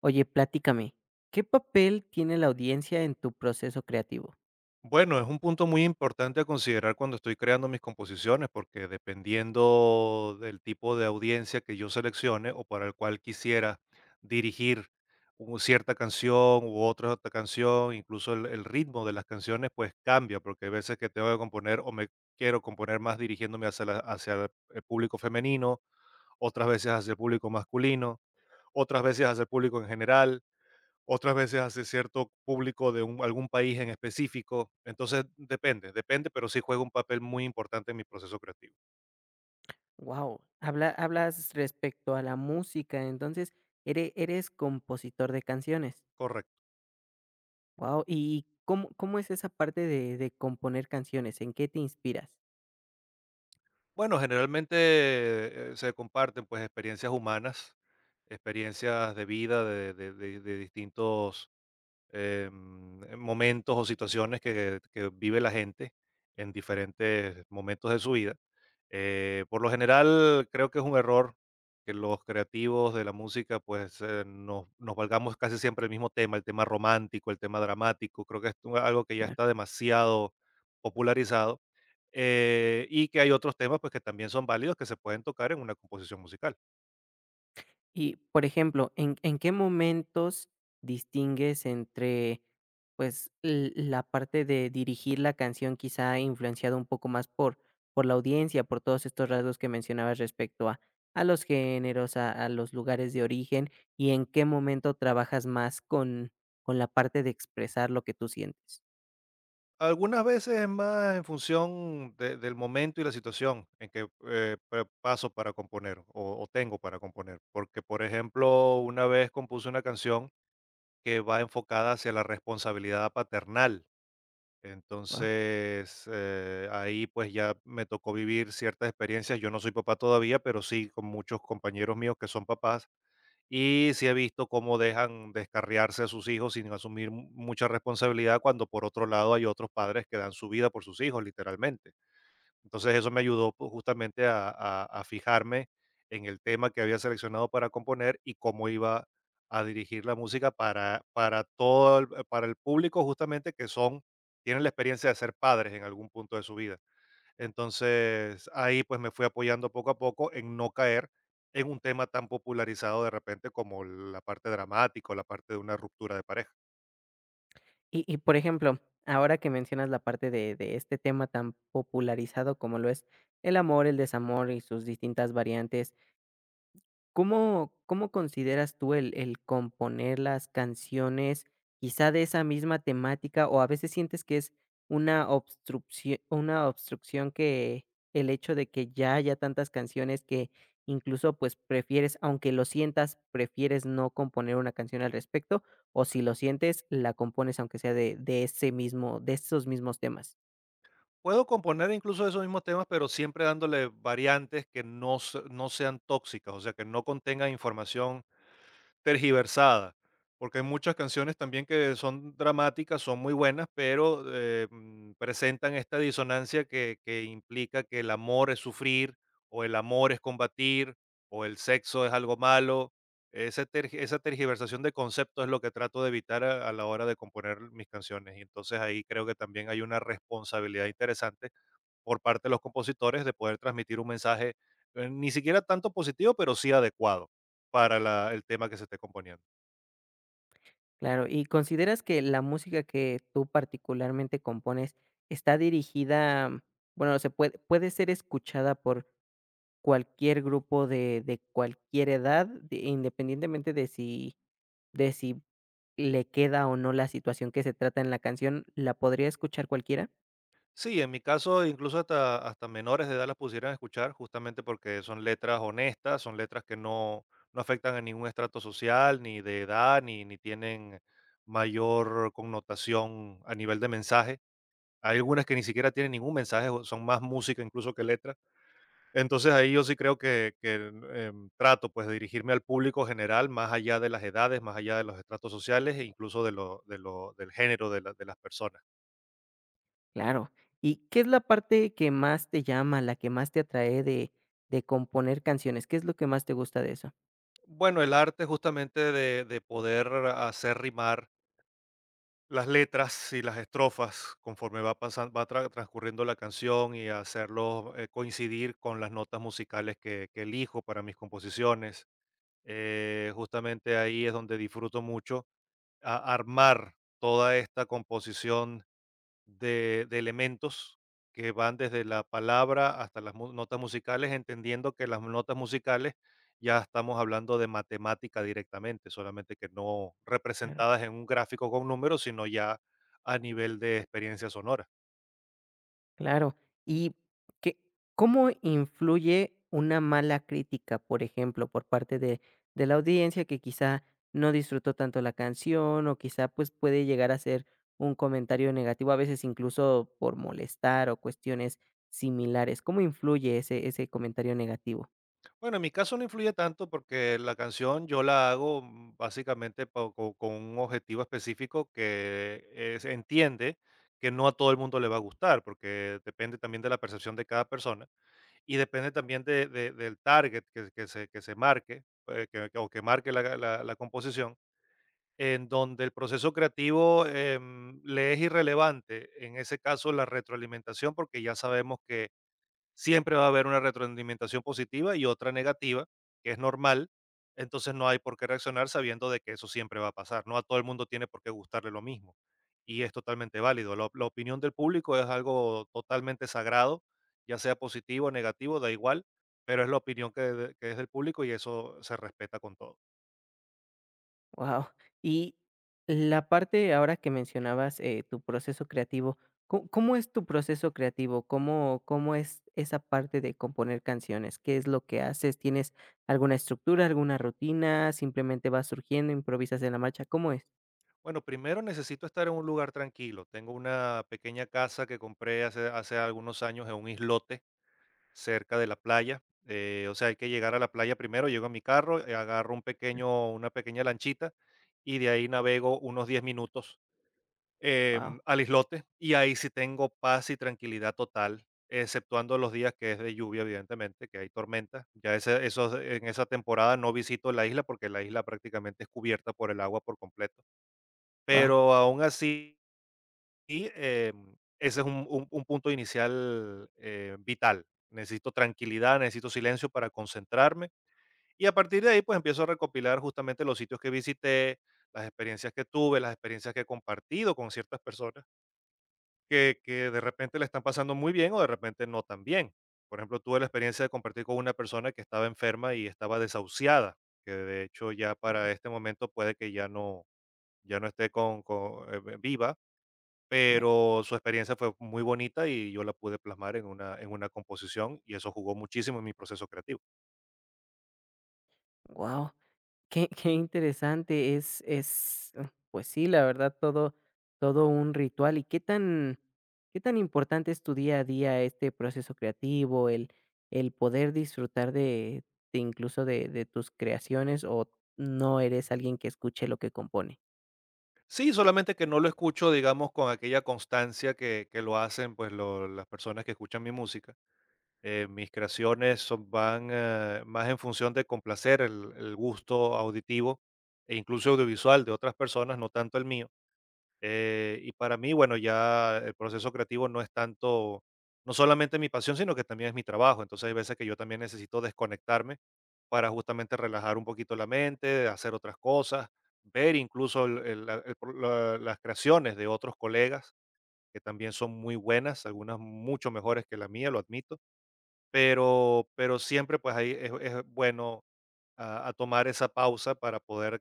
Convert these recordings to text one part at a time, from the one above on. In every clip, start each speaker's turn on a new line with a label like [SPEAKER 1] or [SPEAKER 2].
[SPEAKER 1] Oye, platícame, ¿qué papel tiene la audiencia en tu proceso creativo?
[SPEAKER 2] Bueno, es un punto muy importante a considerar cuando estoy creando mis composiciones, porque dependiendo del tipo de audiencia que yo seleccione o para el cual quisiera dirigir cierta canción u otra canción, incluso el ritmo de las canciones, pues cambia, porque hay veces que tengo que componer o me quiero componer más dirigiéndome hacia el público femenino, otras veces hacia el público masculino, otras veces hacia el público en general, otras veces hace cierto público de un algún país en específico. Entonces, depende, depende, pero sí juega un papel muy importante en mi proceso creativo.
[SPEAKER 1] Wow. Hablas respecto a la música, entonces, eres compositor de canciones.
[SPEAKER 2] Correcto.
[SPEAKER 1] Wow. ¿Y cómo es esa parte de componer canciones? ¿En qué te inspiras?
[SPEAKER 2] Bueno, generalmente, se comparten, pues, experiencias humanas, experiencias de vida de distintos momentos o situaciones que vive la gente en diferentes momentos de su vida. Por lo general, creo que es un error que los creativos de la música, pues nos valgamos casi siempre el mismo tema, el tema romántico, el tema dramático. Creo que es algo que ya
[SPEAKER 1] Claro.
[SPEAKER 2] está demasiado popularizado, y que hay otros temas, pues que también son válidos que se pueden tocar en una composición musical.
[SPEAKER 1] Y, por ejemplo, ¿en qué momentos distingues entre, pues, l la parte de dirigir la canción, quizá influenciado un poco más por la audiencia, por todos estos rasgos que mencionabas respecto a los géneros, a los lugares de origen, y en qué momento trabajas más con la parte de expresar lo que tú sientes?
[SPEAKER 2] Algunas veces es más en función del momento y la situación en que paso para componer o tengo para componer. Porque, por ejemplo, una vez compuse una canción que va enfocada hacia la responsabilidad paternal.
[SPEAKER 1] Wao.
[SPEAKER 2] Entonces, ahí pues ya me tocó vivir ciertas experiencias. Yo no soy papá todavía, pero sí con muchos compañeros míos que son papás. Y sí he visto cómo dejan descarriarse a sus hijos sin asumir mucha responsabilidad cuando por otro lado hay otros padres que dan su vida por sus hijos, literalmente. Entonces eso me ayudó pues, justamente a fijarme en el tema que había seleccionado para componer y cómo iba a dirigir la música para todo el, para el público justamente que tienen la experiencia de ser padres en algún punto de su vida. Entonces, ahí pues me fui apoyando poco a poco en no caer en un tema tan popularizado de repente como la parte dramática o la parte de una ruptura de pareja.
[SPEAKER 1] Y, por ejemplo, ahora que mencionas la parte de este tema tan popularizado como lo es el amor, el desamor y sus distintas variantes, ¿cómo consideras tú el componer las canciones, quizá de esa misma temática, o a veces sientes que es una obstrucción que el hecho de que ya haya tantas canciones que, incluso, pues, prefieres, aunque lo sientas, prefieres no componer una canción al respecto, o si lo sientes, la compones aunque sea de ese mismo de esos mismos temas?
[SPEAKER 2] Puedo componer incluso esos mismos temas, pero siempre dándole variantes que no sean tóxicas, o sea, que no contengan información tergiversada, porque hay muchas canciones también que son dramáticas, son muy buenas, pero presentan esta disonancia que implica que el amor es sufrir, o el amor es combatir, o el sexo es algo malo. Ese esa tergiversación de conceptos es lo que trato de evitar a la hora de componer mis canciones. Y entonces ahí creo que también hay una responsabilidad interesante por parte de los compositores de poder transmitir un mensaje, ni siquiera tanto positivo, pero sí adecuado para el tema que se esté componiendo.
[SPEAKER 1] Claro. ¿Y consideras que la música que tú particularmente compones está dirigida, bueno, se puede, puede ser escuchada por cualquier grupo de cualquier edad, de- independientemente de si le queda o no la situación que se trata en la canción? ¿La podría escuchar cualquiera?
[SPEAKER 2] Sí, en mi caso, incluso hasta menores de edad las pusieran a escuchar, justamente porque son letras honestas, son letras que no afectan a ningún estrato social, ni de edad, ni tienen mayor connotación a nivel de mensaje. Hay algunas que ni siquiera tienen ningún mensaje, o son más música incluso que letra. Entonces ahí yo sí creo que trato pues de dirigirme al público general, más allá de las edades, más allá de los estratos sociales e incluso de lo, del género de de las personas.
[SPEAKER 1] Claro. ¿Y qué es la parte que más te llama, la que más te atrae de componer canciones? ¿Qué es lo que más te gusta de eso?
[SPEAKER 2] Bueno, el arte justamente de poder hacer rimar las letras y las estrofas conforme va transcurriendo la canción y hacerlo coincidir con las notas musicales que elijo para mis composiciones. Justamente ahí es donde disfruto mucho armar toda esta composición de elementos que van desde la palabra hasta las notas musicales, entendiendo que las notas musicales ya estamos hablando de matemática directamente, solamente que no
[SPEAKER 1] Claro.
[SPEAKER 2] representadas en un gráfico con números, sino ya a nivel de experiencia sonora.
[SPEAKER 1] Claro. ¿Y qué, cómo influye una mala crítica, por ejemplo, por parte de la audiencia que quizá no disfrutó tanto la canción o quizá, pues, puede llegar a ser un comentario negativo, a veces incluso por molestar o cuestiones similares? ¿Cómo influye ese comentario negativo?
[SPEAKER 2] Bueno, en mi caso no influye tanto porque la canción yo la hago básicamente con un objetivo específico que se entiende que no a todo el mundo le va a gustar, porque depende también de la percepción de cada persona. Y depende también de del target que se marque, que- o que marque la composición, en donde el proceso creativo, le es irrelevante, en ese caso, la retroalimentación, porque ya sabemos que siempre va a haber una retroalimentación positiva y otra negativa, que es normal. Entonces no hay por qué reaccionar sabiendo de que eso siempre va a pasar. No a todo el mundo tiene por qué gustarle lo mismo. Y es totalmente válido. La opinión del público es algo totalmente sagrado, ya sea positivo o negativo, da igual, pero es la opinión que es del público y eso se respeta con todo.
[SPEAKER 1] Wow. Y la parte ahora que mencionabas, tu proceso creativo, ¿có- ¿cómo es tu proceso creativo? ¿Cómo, ¿cómo es esa parte de componer canciones? ¿Qué es lo que haces? ¿Tienes alguna estructura, alguna rutina? ¿Simplemente vas surgiendo, improvisas en la marcha? ¿Cómo es?
[SPEAKER 2] Bueno, primero necesito estar en un lugar tranquilo. Tengo una pequeña casa que compré hace algunos años en un islote cerca de la playa. O sea, hay que llegar a la playa primero, llego a mi carro, agarro una pequeña lanchita y de ahí navego unos 10 minutos
[SPEAKER 1] Wow,
[SPEAKER 2] al islote y ahí sí tengo paz y tranquilidad total, exceptuando los días que es de lluvia, evidentemente, que hay tormenta. Ya en esa temporada no visito la isla porque la isla prácticamente es cubierta por el agua por completo,
[SPEAKER 1] wow,
[SPEAKER 2] pero aún así ese es un punto inicial, vital. Necesito tranquilidad, necesito silencio para concentrarme, y a partir de ahí, pues, empiezo a recopilar justamente los sitios que visité, las experiencias que tuve, las experiencias que he compartido con ciertas personas que de repente la están pasando muy bien, o de repente no tan bien. Por ejemplo, tuve la experiencia de compartir con una persona que estaba enferma y estaba desahuciada, que de hecho ya para este momento puede que ya no esté con viva.
[SPEAKER 1] vaya,
[SPEAKER 2] Pero su experiencia fue muy bonita y yo la pude plasmar en una composición, y eso jugó muchísimo en mi proceso creativo.
[SPEAKER 1] wow. Qué interesante, es, pues sí, la verdad, todo todo un ritual. ¿Y qué tan importante es tu día a día este proceso creativo, el poder disfrutar de incluso de tus creaciones, o no eres alguien que escuche lo que compone?
[SPEAKER 2] Sí, solamente que no lo escucho, digamos, con aquella constancia que lo hacen, pues, lo las personas que escuchan mi música. Mis creaciones son van, más en función de complacer el gusto auditivo e incluso audiovisual de otras personas, no tanto el mío. Y para mí, bueno, ya el proceso creativo no es tanto, no solamente mi pasión, sino que también es mi trabajo. Entonces hay veces que yo también necesito desconectarme para justamente relajar un poquito la mente, hacer otras cosas, ver incluso las creaciones de otros colegas que también son muy buenas, algunas mucho mejores que la mía, lo admito, pero siempre pues ahí es bueno a tomar esa pausa para poder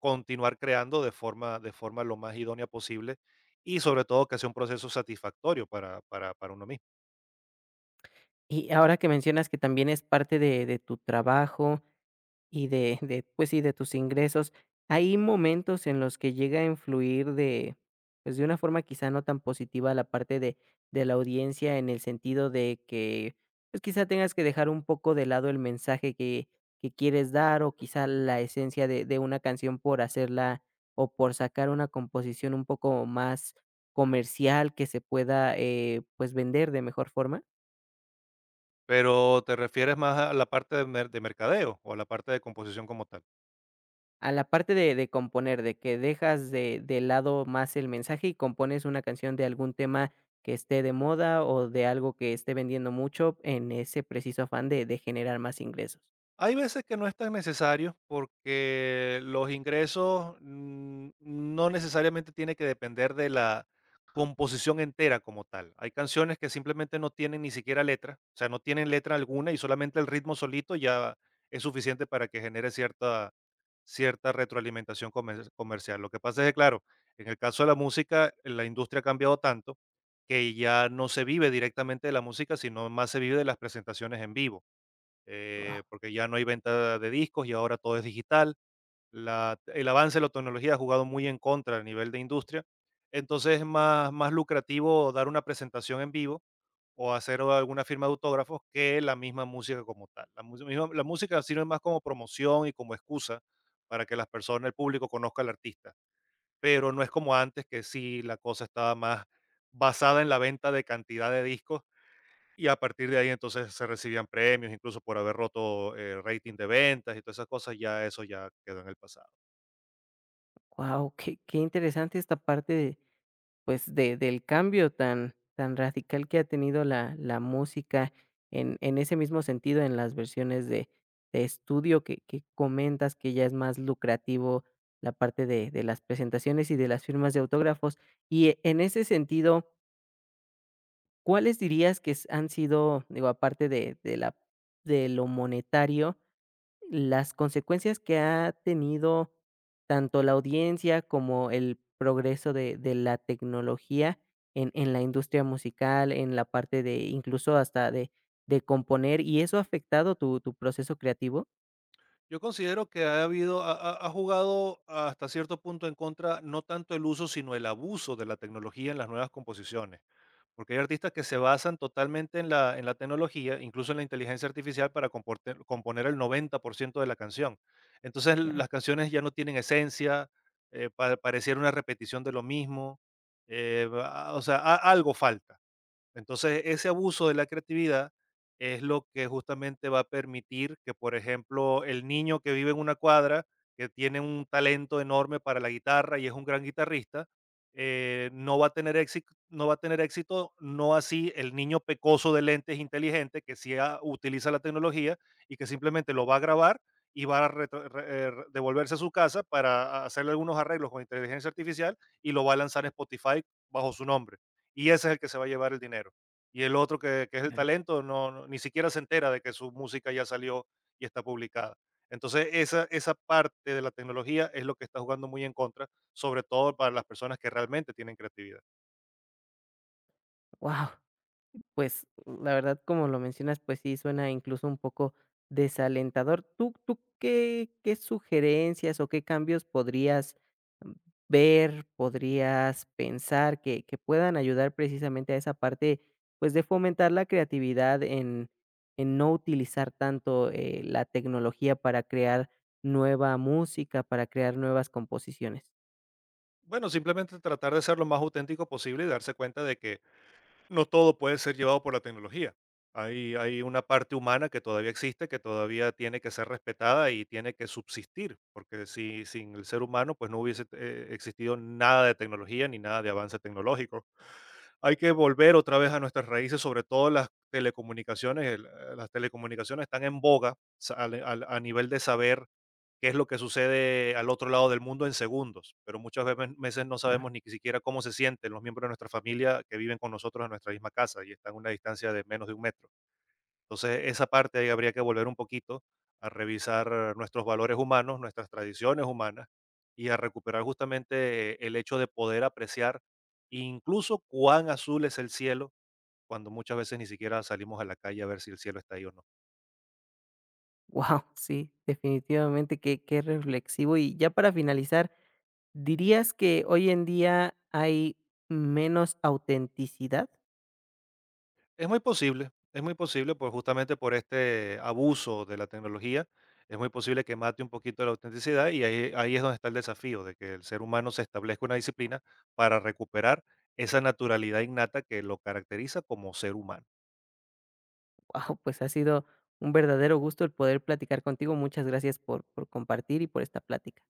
[SPEAKER 2] continuar creando de forma lo más idónea posible y sobre todo que sea un proceso satisfactorio para uno mismo.
[SPEAKER 1] Y ahora que mencionas que también es parte de tu trabajo, y de, pues sí, de tus ingresos, ¿hay momentos en los que llega a influir de, pues, de una forma quizá no tan positiva la parte de la audiencia en el sentido de que, pues, quizá tengas que dejar un poco de lado el mensaje que quieres dar o quizá la esencia de una canción por hacerla o por sacar una composición un poco más comercial que se pueda, pues, vender de mejor forma?
[SPEAKER 2] Pero te refieres más a la parte de mercadeo o a la parte de composición como tal.
[SPEAKER 1] A la parte de componer, de que dejas de lado más el mensaje y compones una canción de algún tema que esté de moda o de algo que esté vendiendo mucho en ese preciso afán de generar más ingresos.
[SPEAKER 2] Hay veces que no es tan necesario porque los ingresos no necesariamente tiene que depender de la composición entera como tal. Hay canciones que simplemente no tienen ni siquiera letra, o sea, no tienen letra alguna y solamente el ritmo solito ya es suficiente para que genere cierta retroalimentación comercial. Lo que pasa es que, claro, en el caso de la música, la industria ha cambiado tanto que ya no se vive directamente de la música, sino más se vive de las presentaciones en vivo,
[SPEAKER 1] Guau,
[SPEAKER 2] porque ya no hay venta de discos y ahora todo es digital. El avance de la tecnología ha jugado muy en contra a nivel de industria. Entonces es más lucrativo dar una presentación en vivo o hacer alguna firma de autógrafos que la misma música como tal. La música sirve más como promoción y como excusa para que las personas, el público conozca al artista, pero no es como antes que sí la cosa estaba más basada en la venta de cantidad de discos y a partir de ahí entonces se recibían premios, incluso por haber roto el rating de ventas y todas esas cosas, ya eso ya quedó en el pasado.
[SPEAKER 1] guau, qué interesante esta parte, pues, de del cambio tan radical que ha tenido la música en ese mismo sentido, en las versiones de estudio que comentas que ya es más lucrativo la parte de las presentaciones y de las firmas de autógrafos. Y e- en ese sentido, ¿cuáles dirías que s han sido, digo, aparte de la de lo monetario, las consecuencias que ha tenido tanto la audiencia como el progreso de la tecnología en la industria musical, en la parte de incluso hasta de componer, y eso ha afectado tu, tu proceso creativo?
[SPEAKER 2] Yo considero que ha habido, ha, ha- ha jugado hasta cierto punto en contra, no tanto el uso, sino el abuso de la tecnología en las nuevas composiciones. Porque hay artistas que se basan totalmente en la tecnología, incluso en la inteligencia artificial, para componer el 90% de la canción. Entonces las canciones ya no tienen esencia, pareciera una repetición de lo mismo, o sea, algo falta. Entonces, ese abuso de la creatividad es lo que justamente va a permitir que, por ejemplo, el niño que vive en una cuadra, que tiene un talento enorme para la guitarra y es un gran guitarrista, no, va a tener éxito, no va a tener éxito, no así el niño pecoso de lentes inteligente que sí utiliza la tecnología y que simplemente lo va a grabar y va a devolverse a su casa para hacerle algunos arreglos con inteligencia artificial y lo va a lanzar en Spotify bajo su nombre y ese es el que se va a llevar el dinero. Y el otro que es el talento, ni siquiera se entera de que su música ya salió y está publicada. Entonces, esa parte de la tecnología es lo que está jugando muy en contra, sobre todo para las personas que realmente tienen creatividad.
[SPEAKER 1] ¡Wow! Pues, la verdad, como lo mencionas, pues sí, suena incluso un poco desalentador. ¿Tú qué sugerencias o qué cambios podrías, mm, ver, podrías pensar que puedan ayudar precisamente a esa parte, pues, de fomentar la creatividad en no utilizar tanto, la tecnología para crear nueva música, para crear nuevas composiciones?
[SPEAKER 2] Bueno, simplemente tratar de ser lo más auténtico posible y darse cuenta de que no todo puede ser llevado por la tecnología. Hay una parte humana que todavía existe, que todavía tiene que ser respetada y tiene que subsistir, porque sin el ser humano, pues no hubiese existido nada de tecnología ni nada de avance tecnológico. Hay que volver otra vez a nuestras raíces, sobre todo las telecomunicaciones. Las telecomunicaciones están en boga a nivel de saber qué es lo que sucede al otro lado del mundo en segundos, pero muchas veces no
[SPEAKER 1] Wow,
[SPEAKER 2] sabemos ni que siquiera cómo se sienten los miembros de nuestra familia que viven con nosotros en nuestra misma casa y están a una distancia de menos de un metro. Entonces, esa parte ahí habría que volver un poquito a revisar nuestros valores humanos, nuestras tradiciones humanas y a recuperar justamente el hecho de poder apreciar incluso cuán azul es el cielo cuando muchas veces ni siquiera salimos a la calle a ver si el cielo está ahí o no.
[SPEAKER 1] sí, definitivamente, qué reflexivo. Y ya para finalizar, ¿dirías que hoy en día hay menos autenticidad?
[SPEAKER 2] Es muy posible, por justamente por este abuso de la tecnología, es muy posible que mate un poquito la autenticidad y ahí es donde está el desafío de que el ser humano se establezca una disciplina para recuperar esa naturalidad innata que lo caracteriza como ser humano.
[SPEAKER 1] Guau, pues ha sido un verdadero gusto el poder platicar contigo. Muchas gracias por compartir y por esta plática.